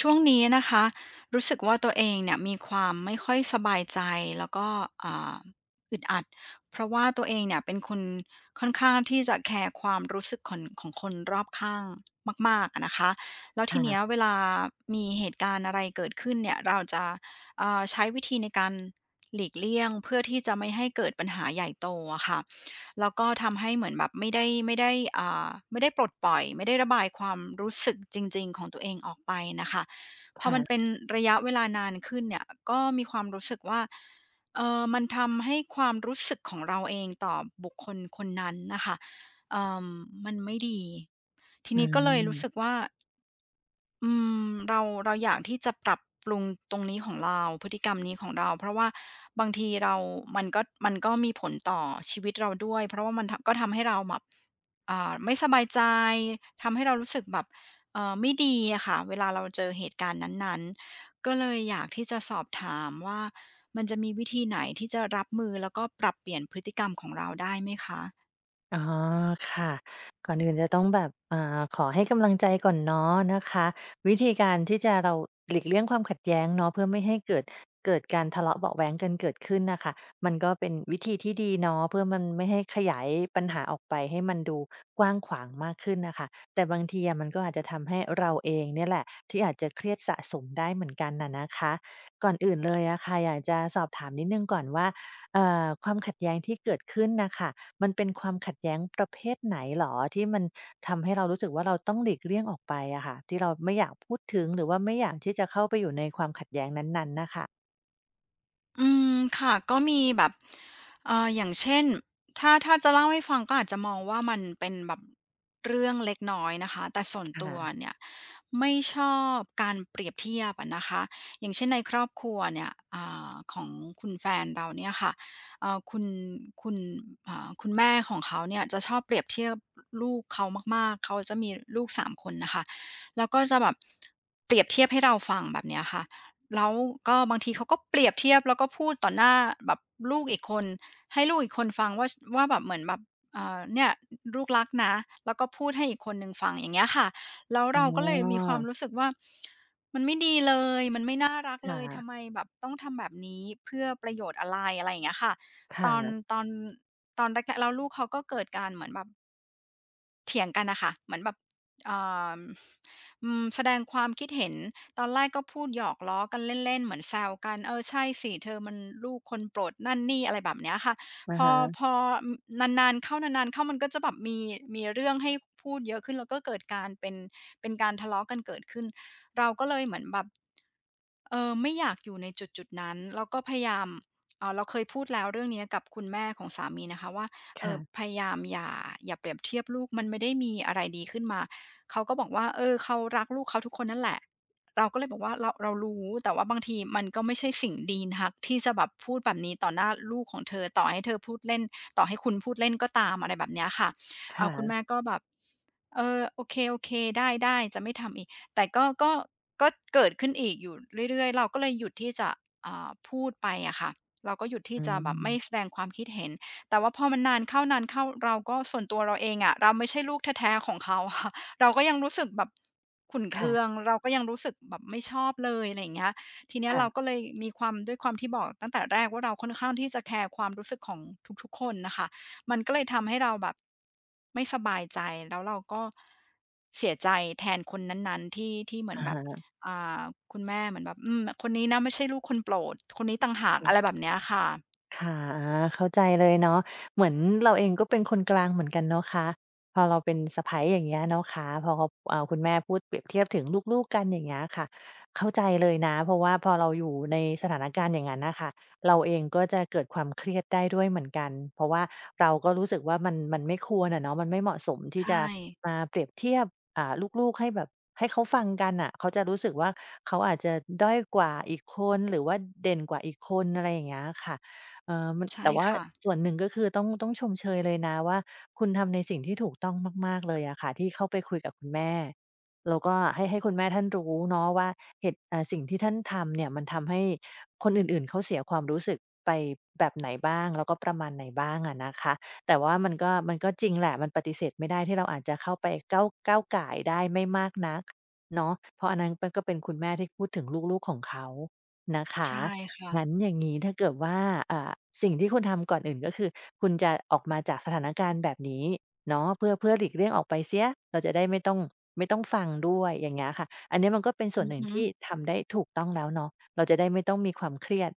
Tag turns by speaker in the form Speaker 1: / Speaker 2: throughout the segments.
Speaker 1: ช่วงนี้นะคะรู้สึกว่าตัวเองเนี่ยมีความไม่ค่อยสบายใจแล้วก็อ่าอึดอัดเพราะว่าตัวเองเนี่ยเป็นคนค่อนข้างที่จะแคร์ความรู้สึกของคนรอบข้างมากๆอะนะคะแล้วทีเนี้ย
Speaker 2: ค่ะ
Speaker 1: เวลามีเหตุการณ์อะไรเกิดขึ้นเนี่ยเราจะใช้วิธีในการหลีกเลี่ยงเพื่อที่จะไม่ให้เกิดปัญหาใหญ่โตอะค่ะ แล้วก็ทำให้เหมือนแบบไม่ได้ปลดปล่อยไม่ได้ระบายความรู้สึกจริงๆของตัวเองออกไปนะคะพอมันเป็น
Speaker 2: ค่ะ
Speaker 1: ระยะเวลานานขึ้นเนี่ยก็มีความรู้สึกว่าเออมันทำให้ความรู้สึกของเราเองต่อบุคคลคนนั้นนะคะเออมันไม่ดีที
Speaker 2: อื
Speaker 1: นี้ก็เลย
Speaker 2: ม
Speaker 1: รู้สึกว่า อืมเราอยากที่จะปรับปรุงตรงนี้ของเราพฤติกรรมนี้ของเราเพราะว่าบางทีเรามันก็มีผลต่อชีวิตเราด้วยเพราะว่ามันทก็ทำให้เราแบบไม่สบายใจทำให้เรารู้สึกแบบไม่ดีอะค่ะเวลาเราเจอเหตุการณ์นั้นๆก็เลยอยากที่จะสอบถามว่ามันจะมีวิธีไหนที่จะรับมือแล้วก็ปรับเปลี่ยนพฤติกรรมของเราได้ไหมคะ
Speaker 2: อ๋อค่ะก่อนอื่นจะต้องแบบขอให้กำลังใจก่อนเนาะนะคะวิธีการที่จะเราหลีกเลี่ยงความขัดแย้งเนาะเพื่อไม่ให้เกิดการทะเลาะเบาะแว้งกันเกิดขึ้นนะคะมันก็เป็นวิธีที่ดีเนาะเพื่อมันไม่ให้ขยายปัญหาออกไปให้มันดูกว้างขวางมากขึ้นนะคะแต่บางทีอะมันก็อาจจะทำให้เราเองเนี่ยแหละที่อาจจะเครียดสะสมได้เหมือนกันน่ะนะคะก่อนอื่นเลยอะค่ะอยากจะสอบถามนิดนึงก่อนว่าความขัดแย้งที่เกิดขึ้นนะคะ มันเป็นความขัดแย้งประเภทไหนเหรอที่มันทำให้เรารู้สึกว่าเราต้องหลีกเลี่ยงออกไปอะค่ะที่เราไม่อยากพูดถึงหรือว่าไม่อยากที่จะเข้าไปอยู่ในความขัดแย้งนั้นๆน่ะค่ะ
Speaker 1: อืมค่ะก็มีแบบอย่างเช่นถ้าจะเล่าให้ฟังก็อาจจะมองว่ามันเป็นแบบเรื่องเล็กน้อยนะคะแต่ส่วน
Speaker 2: ค
Speaker 1: ตัว
Speaker 2: ่ะ
Speaker 1: เนี่ยไม่ชอบการเปรียบเทียบอะนะคะอย่างเช่นในครอบครัวเนี่ยของคุณแฟนเราเนี่ยค่ะเอ่อคุณคุณแม่ของเขาเนี่ยจะชอบเปรียบเทียบลูกเขามากๆเขาจะมีลูกสามคนนะคะแล้วก็จะแบบเปรียบเทียบให้เราฟังแบบเนี้ยค่ะ แล้วก็บางทีเขาก็เปรียบเทียบแล้วก็พูดต่อหน้าแบบลูกอีกคนให้ลูกอีกคนฟังว่าแบบเหมือนแบบเนี่ยลูกรักนะแล้วก็พูดให้อีกคนหนึ่งฟังอย่างเงี้ยค่ะแล้ว
Speaker 2: อ๋
Speaker 1: เราก็เลยมีค
Speaker 2: อ
Speaker 1: วามรู้สึกว่ามันไม่ดีเลยมันไม่น่ารักเล
Speaker 2: ค่ะ
Speaker 1: ยทำไมแบบต้องทำแบบนี้เพื่อประโยชน์อะไรอะไรอย่างเงี้ยค่ะตอน
Speaker 2: ค่ะ
Speaker 1: ตอนตอนแรกๆแล้วลูกเขาก็เกิดการเหมือนแบบ เถียงกันนะค่ะเหมือนแบบอ่าแสดงความคิดเห็นตอนแรกก็พูดหยอกล้อกันเล่นๆเหมือนแซวกันเออใช่สิเธอมันลูกคนโปรดนั่นนี่อะไรแบบเนี้ยค่ะ
Speaker 2: อะ
Speaker 1: พอพ
Speaker 2: ฮะ
Speaker 1: อนานๆเข้านานๆเข้ามันก็จะแบบมีเรื่องให้พูดเยอะขึ้นแล้วก็เกิดการเป็นการทะเลาะกันเกิดขึ้นเราก็เลยเหมือนแบบ เออไม่อยากอยู่ในจุดๆนั้นแล้วก็พยายามเราเคยพูดแล้วเรื่องนี้กับคุณแม่ของสามีนะคะว่าเออพ
Speaker 2: ค่ะ
Speaker 1: ยายามอย่าเปรียบเทียบลูกมันไม่ได้มีอะไรดีขึ้นมาเขาก็บอกว่าเออเขารักลูกเขาทุกคนนั่นแหละเราก็เลยบอกว่าเรารู้แต่ว่าบางทีมันก็ไม่ใช่สิ่งดีนักที่จะแบบพูดแบบนี้ต่อหน้าลูกของเธอต่อให้เธอพูดเล่นต่อให้คุณพูดเล่นก็ตามอะไรแบบเนี้ยค่ะเอาคุณ
Speaker 2: ค่ะ
Speaker 1: แม่ก็แบบเออโอเคโอเคได้ได้จะไม่ทำอีก แต่ก็เกิดขึ้นอีกอยู่เรื่อยๆเราก็เลยหยุดที่จะพูดไปอะค่ะเราก็หยุดที่
Speaker 2: อื
Speaker 1: จะแบบไม่แสด
Speaker 2: ม
Speaker 1: งความคิดเห็นแต่ว่าพอมันนานเข้านานเข้าเราก็ส่วนตัวเราเองอะเราไม่ใช่ลูกแท้ๆของเขาค่ะ เราก็ยังรู้สึกแบบขุ่นเคือง
Speaker 2: ค่ะ
Speaker 1: เราก็ยังรู้สึกแบบไม่ชอบเลยอะไรอย่างเงี้ยทีเนี้ยเราก็
Speaker 2: ค่ะ
Speaker 1: เลยมีความด้วยความที่บอกตั้งแต่แรกว่าเราค่อนข้างที่จะแคร์ความรู้สึกของทุกๆคนนะคะ มันก็เลยทำให้เราแบบไม่สบายใจ แล้วเราก็เสียใจแทนคนนั้นๆที่เหมือน
Speaker 2: อะ
Speaker 1: แบบ
Speaker 2: ฮะ
Speaker 1: อ่าคุณแม่เหมือนแบบคนนี้นะไม่ใช่ลูกคนโปรด คนนี้ต่างหากอะไรแบบเนี้ยค่ะ
Speaker 2: ค่ะเข้าใจเลยเนาะเหมือนเราเองก็เป็นคนกลางเหมือนกันเนาะคะพอเราเป็นสะใภ้อย่างเงี้ยเนาะคะพอเขาคุณแม่พูดเปรียบเทียบถึงลูกๆกันอย่างเงี้ยค่ะเข้าใจเลยนะเพราะว่าพอเราอยู่ในสถานการณ์อย่างนั้นน่ะค่ะเราเองก็จะเกิดความเครียดได้ด้วยเหมือนกันเพราะว่าเราก็รู้สึกว่ามันไม่ควรอะเนาะมันไม่เหมาะสม
Speaker 1: ใช
Speaker 2: ที่จะ
Speaker 1: ่
Speaker 2: มาเปรียบเทียบอ่าลูกๆให้แบบให้เขาฟังกันน่ะเขาจะรู้สึกว่าเขาอาจจะด้อยกว่าอีกคนหรือว่าเด่นกว่าอีกคนอะไรอย่างเงี้ยค่ะ เออมัน
Speaker 1: ใช่
Speaker 2: แต่ว่า
Speaker 1: ค่ะ
Speaker 2: ส่วนหนึ่งก็คือต้องชมเชยเลยนะว่าคุณทำในสิ่งที่ถูกต้องมากๆเลยอะค่ะที่เข้าไปคุยกับคุณแม่แล้วก็ให้คุณแม่ท่านรู้เนาะว่าเหตุเอ่อสิ่งที่ท่านทำเนี่ยมันทำให้คนอื่นๆเขาเสียความรู้สึกไปแบบไหนบ้างแล้วก็ประมาณไหนบ้างอะนะคะแต่ว่ามันก็จริงแหละมันปฏิเสธไม่ได้ที่เราอาจจะเข้าไปก้าวก่ายได้ไม่มากนักเนาะเพราะอันนั้นมันก็เป็นคุณแม่ที่พูดถึงลูกๆของเขานะคะ
Speaker 1: ใช่ค่ะ
Speaker 2: งั้นอย่างงี้ถ้าเกิดว่าอ่าสิ่งที่คุณทำก่อนอื่นก็คือคุณจะออกมาจากสถานการณ์แบบนี้เนาะเพื่อหลีกเลี่ยงออกไปเสียเราจะได้ไม่ต้องฟังด้วยอย่างเงี้ยค่ะอันนี้มันก็เป็นส่ว
Speaker 1: อื
Speaker 2: น
Speaker 1: อ
Speaker 2: หนึ่ง
Speaker 1: ฮึ
Speaker 2: ที่ทำได้ถูกต้องแล้วเนาะเราจะได้ไม่ต้องมีความเครียด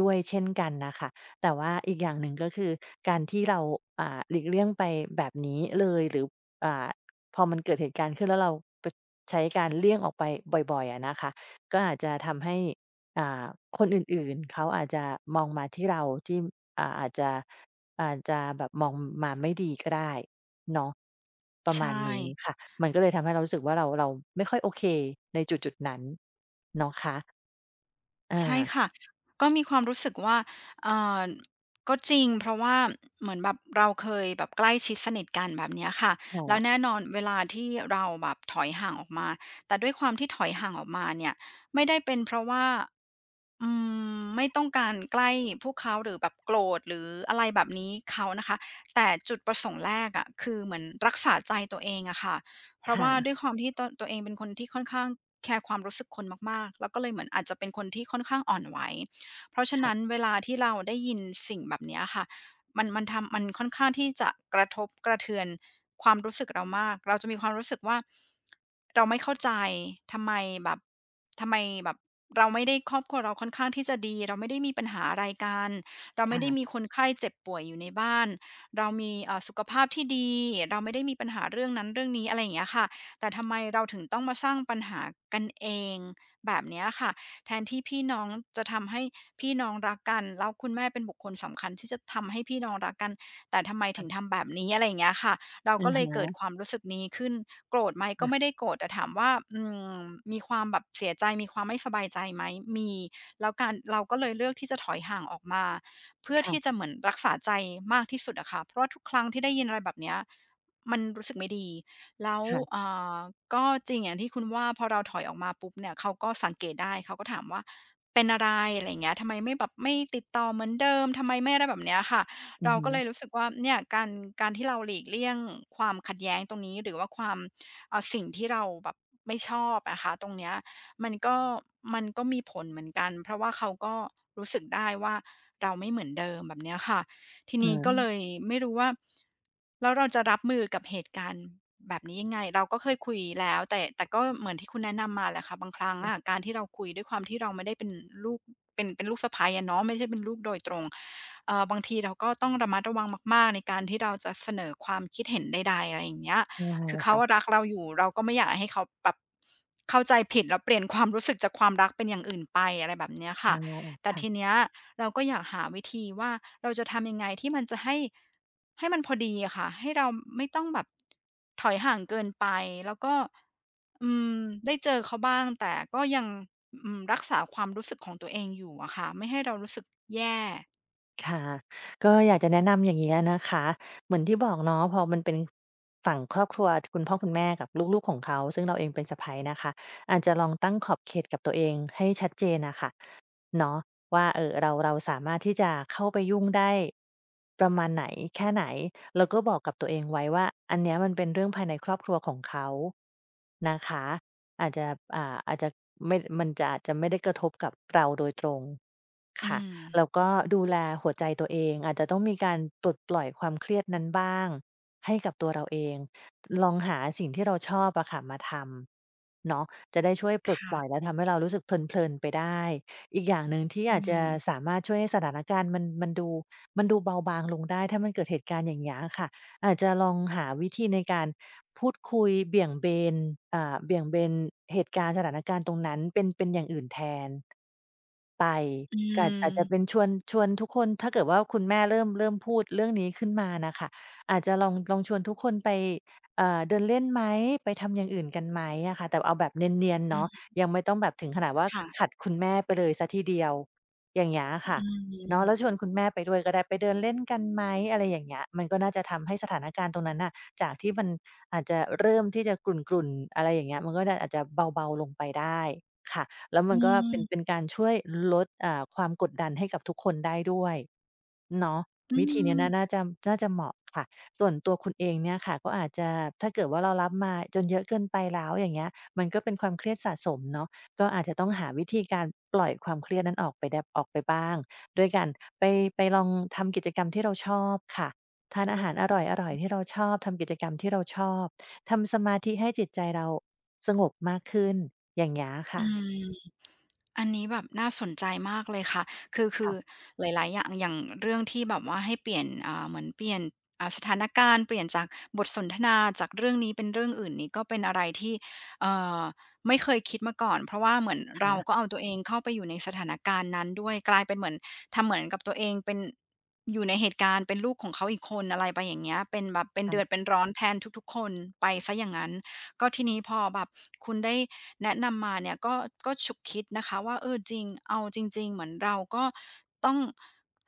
Speaker 2: ด้วยเช่นกันนะคะแต่ว่าอีกอย่างหนึ่งก็คือการที่เราหลีกเลี่ยงไปแบบนี้เลยหรืออ่าพอมันเกิดเหตุการณ์ขึ้นแล้วเราไปใช้การเลี่ยงออกไปบ่อยๆอะนะคะก็อาจจะทำให้ อ่าคนอื่นๆเขาอาจจะมองมาที่เราที่อ่าอาจจะอาจจะแบบมองมาไม่ดีก็ได้เนาะประ
Speaker 1: ใช่
Speaker 2: มาณนี้ค่ะมันก็เลยทำให้เรารู้สึกว่าเราไม่ค่อยโอเคในจุดๆนั้นเนาะคะอา
Speaker 1: ใช่ค่ะก็มีความรู้สึกว่าเอ่อก็จริงเพราะว่าเหมือนแบบเราเคยแบบใกล้ชิดสนิทกันแบบเนี้ยค่ะแล้วแน่
Speaker 2: ค่ะ
Speaker 1: นอนเวลาที่เราแบบถอยห่างออกมาแต่ด้วยความที่ถอยห่างออกมาเนี่ยไม่ได้เป็นเพราะว่าอืมไม่ต้องการใกล้พวกเขาหรือแบบโกรธหรืออะไรแบบนี้เขานะคะแต่จุดประสงค์แรกอะคือเหมือนรักษาใจตัวเองอะค่ะเพราะว่า
Speaker 2: ค่ะ
Speaker 1: ด้วยความที่ตัวเองเป็นคนที่ค่อนข้าง แคร์ความรู้สึกคนมากๆ แล้วก็เลยเหมือนอาจจะเป็นคนที่ค่อนข้างอ่อนไหวเพราะฉะนั้น
Speaker 2: ค่ะ
Speaker 1: เวลาที่เราได้ยินสิ่งแบบเนี้ยค่ะ มันทำมันค่อนข้างที่จะกระทบกระเทือนความรู้สึกเรามาก เราจะมีความรู้สึกว่าเราไม่เข้าใจทำไมแบบทำไมแบบเราไม่ได้ครอบครัวเราค่อนข้างที่จะดีเราไม่ได้มีปัญหาอะไรกันเราไม่ได้มี
Speaker 2: ค่ะ
Speaker 1: คนไข้เจ็บป่วยอยู่ในบ้านเรามีสุขภาพที่ดีเราไม่ได้มีปัญหาเรื่องนั้นเรื่องนี้อะไรอย่างเงี้ยค่ะ แต่ทำไมเราถึงต้องมาสร้างปัญหากันเองแบบเนี้ยค่ะแทนที่พี่น้องจะทำให้พี่น้องรักกันแล้วคุณแม่เป็นบุคคลสำคัญที่จะทำให้พี่น้องรักกันแต่ทำไมถึงทำแบบนี้อะไรอย่างเงี้ยค่ะเรา
Speaker 2: อะ
Speaker 1: ก็เล
Speaker 2: ฮ
Speaker 1: ยเกิด
Speaker 2: ะ
Speaker 1: ความรู้สึกนี้ขึ้นโกรธไหมก็ไม่
Speaker 2: ค่ะ
Speaker 1: ได้โกรธแต่ถามว่าอืมมีความแบบเสียใจมีความไม่สบายใจไหมมีแล้วการเราก็เลยเลือกที่จะถอยห่างออกมาเพื่อที่จะ
Speaker 2: ค่ะ
Speaker 1: เหมือนรักษาใจมากที่สุดอะค่ะเพราะว่าทุกครั้งที่ได้ยินอะไรแบบเนี้ยมันรู้สึกไม่ดี แล้ว
Speaker 2: ค่ะ
Speaker 1: อ่าก็จริงอย่างที่คุณว่าพอเราถอยออกมาปุ๊บเนี่ยเขาก็สังเกตได้เขาก็ถามว่าเป็นอะไรอะไรอย่างเงี้ยทำไมไม่แบบไม่ติดต่อเหมือนเดิมทำไมไม่อะไรแบบเนี้ยค่ะ
Speaker 2: อือ
Speaker 1: เรา
Speaker 2: ฮึ
Speaker 1: ก็เลยรู้สึกว่าเนี่ยการที่เราหลีกเลี่ยงความขัดแย้งตรงนี้หรือว่าความสิ่งที่เราแบบไม่ชอบอะค่ะตรงเนี้ยมันก็มันก็มีผลเหมือนกันเพราะว่าเขาก็รู้สึกได้ว่าเราไม่เหมือนเดิมแบบเนี้ยค่ะ ที
Speaker 2: อื
Speaker 1: นี้ก็เลย
Speaker 2: ม
Speaker 1: ไม่รู้ว่าแล้วเราจะรับมือกับเหตุการณ์แบบนี้ยังไงเราก็เคยคุยแล้วแต่ก็เหมือนที่คุณแนะนำมาแหละค่ะบางครั้งอะการที่เราคุยด้วยความที่เราไม่ได้เป็นลูกเป็นลูกสะใภ้อะเนาะไม่ใช่เป็นลูกโดยตรงบางทีเราก็ต้องระมัดระวังมากๆในการที่เราจะเสนอความคิดเห็นใดๆอะไรอย่างเงี้ย
Speaker 2: ใช่
Speaker 1: คือเขาอะ
Speaker 2: ค่ะ
Speaker 1: รักเราอยู่เราก็ไม่อยากให้เขาแบบเข้าใจผิดแล้วเปลี่ยนความรู้สึกจากความรักเป็นอย่างอื่นไปอะไรแบบเนี้ยค่ะ
Speaker 2: ค่ะ
Speaker 1: แต่ที
Speaker 2: ค่ะ
Speaker 1: เนี้ยเราก็อยากหาวิธีว่าเราจะทำยังไงที่มันจะให้มันพอดีอะค่ะให้เราไม่ต้องแบบถอยห่างเกินไปแล้วก็อืมได้เจอเขาบ้างแต่ก็ยังอืมรักษาความรู้สึกของตัวเองอยู่อะค่ะไม่ให้เรารู้สึกแย่
Speaker 2: ค่ะก็อยากจะแนะนำอย่างนี้ยนะคะเหมือนที่บอกเนาะพอมันเป็นฝั่งครอบครัวคุณพ่อคุณแม่กับลูกๆของเขาซึ่งเราเองเป็นสะใภ้นะคะอาจจะลองตั้งขอบเขตกับตัวเองให้ชัดเจนน่ะค่ะ เนาะว่าเออเราสามารถที่จะเข้าไปยุ่งได้ประมาณไหนแค่ไหนแล้วก็บอกกับตัวเองไว้ว่าอันเนี้ยมันเป็นเรื่องภายในครอบครัวของเขานะคะอาจจะอาจจะไม่มันจะอาจจะไม่ได้กระทบกับเราโดยตรง
Speaker 1: อื
Speaker 2: ค่ะ
Speaker 1: ม
Speaker 2: แล้วก็ดูแลหัวใจตัวเองอาจจะต้องมีการปลดปล่อยความเครียดนั้นบ้างให้กับตัวเราเองลองหาสิ่งที่เราชอบอะค่ะมาทำเนาะจะได้ช่วยปลดปล่อย
Speaker 1: ค่ะ
Speaker 2: และทำให้เรารู้สึกเพลินๆไปได้ อีกอย่างหนึ่งที่
Speaker 1: อื
Speaker 2: อาจจะ
Speaker 1: ม
Speaker 2: สามารถช่วยให้สถานการณ์มันดูเบาบางลงได้ถ้ามันเกิดเหตุการณ์อย่างเงี้ยค่ะอาจจะลองหาวิธีในการพูดคุยนเบี่ยงเบนเหตุการณ์สถานการณ์ตรงนั้นเป็นอย่างอื่นแทน
Speaker 1: อื
Speaker 2: กอาจจะเป็น
Speaker 1: ม
Speaker 2: ชวนทุกคนถ้าเกิดว่าคุณแม่เริ่มพูดเรื่องนี้ขึ้นมาน่ะค่ะอาจจะลองชวนทุกคนไปเดินเล่นไหมไปทำอย่างอื่นกันไหมอะค่ะแต่เอาแบบเนียนๆ
Speaker 1: อื
Speaker 2: เนาะ
Speaker 1: ม
Speaker 2: ยังไม่ต้องแบบถึงขนาดว่า
Speaker 1: ค่ะ
Speaker 2: ขัดคุณแม่ไปเลยเสียทีเดียวอย่างเงี้ยอะค่ะ
Speaker 1: อื
Speaker 2: เนาะแล้วช
Speaker 1: ม
Speaker 2: วนคุณแม่ไปด้วยก็ได้ไปเดินเล่นกันไหมอะไรอย่างเงี้ยมันก็น่าจะทำให้สถานการณ์ตรงนั้นน่ะจากที่มันอาจจะเริ่มที่จะกรุ่นๆอะไรอย่างเงี้ยมันก็น่าอาจจะเบาๆลงไปได้ค่ะ แล้วมั
Speaker 1: อื
Speaker 2: นก็เป็น
Speaker 1: ม
Speaker 2: เป็นการช่วยลดความกดดันให้กับทุกคนได้ด้วยเนาะ
Speaker 1: อื
Speaker 2: วิธีเนี้ยน่าน่า
Speaker 1: ม
Speaker 2: จะน่าจะเหมาะค่ะส่วนตัวคุณเองเนี่ยค่ะก็อาจจะถ้าเกิดว่าเรารับมาจนเยอะเกินไปแล้วอย่างเงี้ยมันก็เป็นความเครียดสะสมเนาะก็อาจจะต้องหาวิธีการปล่อยความเครียดนั้นออกไปได้ออกไปบ้างด้วยการไปไปลองทำกิจกรรมที่เราชอบค่ะทานอาหารอร่อยๆที่เราชอบทำกิจกรรมที่เราชอบทำสมาธิให้จิตใจเราสงบมากขึ้นอย่างเงี้ยค่ะ
Speaker 1: อืม อันนี้แบบน่าสนใจมากเลยค่ะ คือหลายๆอย่างอย่างเรื่องที่แบบว่าให้เปลี่ยนเหมือนเปลี่ยนสถานการณ์เปลี่ยนจากบทสนทนาจากเรื่องนี้เป็นเรื่องอื่นนี่ก็เป็นอะไรที่เอ่อไม่เคยคิดมาก่อน เพราะว่าเหมือนเราก็
Speaker 2: ค่ะ
Speaker 1: เอาตัวเองเข้าไปอยู่ในสถานการณ์นั้นด้วยกลายเป็นเหมือนทำเหมือนกับตัวเองเป็นอยู่ในเหตุการณ์เป็นลูกของเขาอีกคนอะไรไปอย่างเงี้ยเป็นแบบเป็นเดือด
Speaker 2: ค่ะ
Speaker 1: เป็นร้อนแทนทุกๆคนไปเสียอย่างงั้น ก็ทีนี้พอแบบคุณได้แนะนำมาเนี่ยก็ฉุกคิดนะคะว่าเออจริงเอาจริงๆเหมือนเราก็ต้อง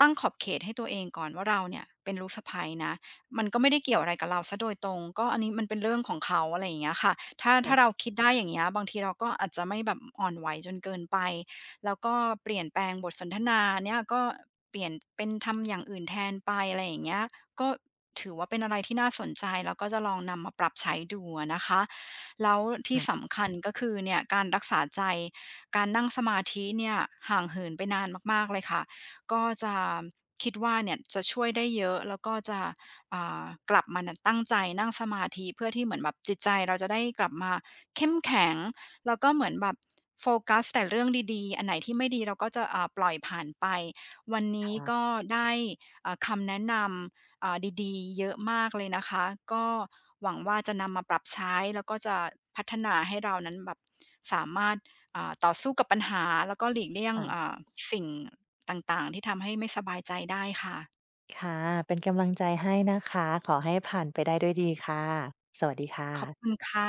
Speaker 1: ตั้งขอบเขตให้ตัวเองก่อนว่าเราเนี่ยเป็นลูกสะใภ้นะมันก็ไม่ได้เกี่ยวอะไรกับเราซะโดยตรงก็อันนี้มันเป็นเรื่องของเขาอะไรอย่างเงี้ยค่ะถ้าเรา
Speaker 2: ค่ะ
Speaker 1: คิดได้อย่างเงี้ยบางทีเราก็อาจจะไม่แบบอ่อนไหวจนเกินไปแล้วก็เปลี่ยนแปลงบทสนทนาเนี่ยก็เปลี่ยนเป็นทำอย่างอื่นแทนไปอะไรอย่างเงี้ยก็ถือว่าเป็นอะไรที่น่าสนใจแล้วก็จะลองนำมาปรับใช้ดูอะนะคะ แล้วที่
Speaker 2: ค่ะ
Speaker 1: สำคัญก็คือเนี่ยการรักษาใจการนั่งสมาธิเนี่ยห่างเหินไปนานมากๆเลยค่ะก็จะคิดว่าเนี่ยจะช่วยได้เยอะแล้วก็จะอ่ากลับมาน่ะตั้งใจนั่งสมาธิเพื่อที่เหมือนแบบจิตใจเราจะได้กลับมาเข้มแข็งแล้วก็เหมือนแบบโฟกัสแต่เรื่องดีๆอันไหนที่ไม่ดีเราก็จะปล่อยผ่านไปวันนี้
Speaker 2: ค่ะ
Speaker 1: ก็ได้คำแนะนำ อ่าดีๆเยอะมากเลยนะคะ ก็หวังว่าจะนำมาปรับใช้แล้วก็จะพัฒนาให้เรานั้นแบบสามารถต่อสู้กับปัญหาแล้วก็หลีกเลี่ยง
Speaker 2: ค่ะ
Speaker 1: สิ่งต่างๆที่ทำให้ไม่สบายใจได้ค่ะ
Speaker 2: ค่ะเป็นกำลังใจให้นะคะ ขอให้ผ่านไปได้ด้วยดีค่ะ สวัสดีค่ะ
Speaker 1: ขอบคุณค่ะ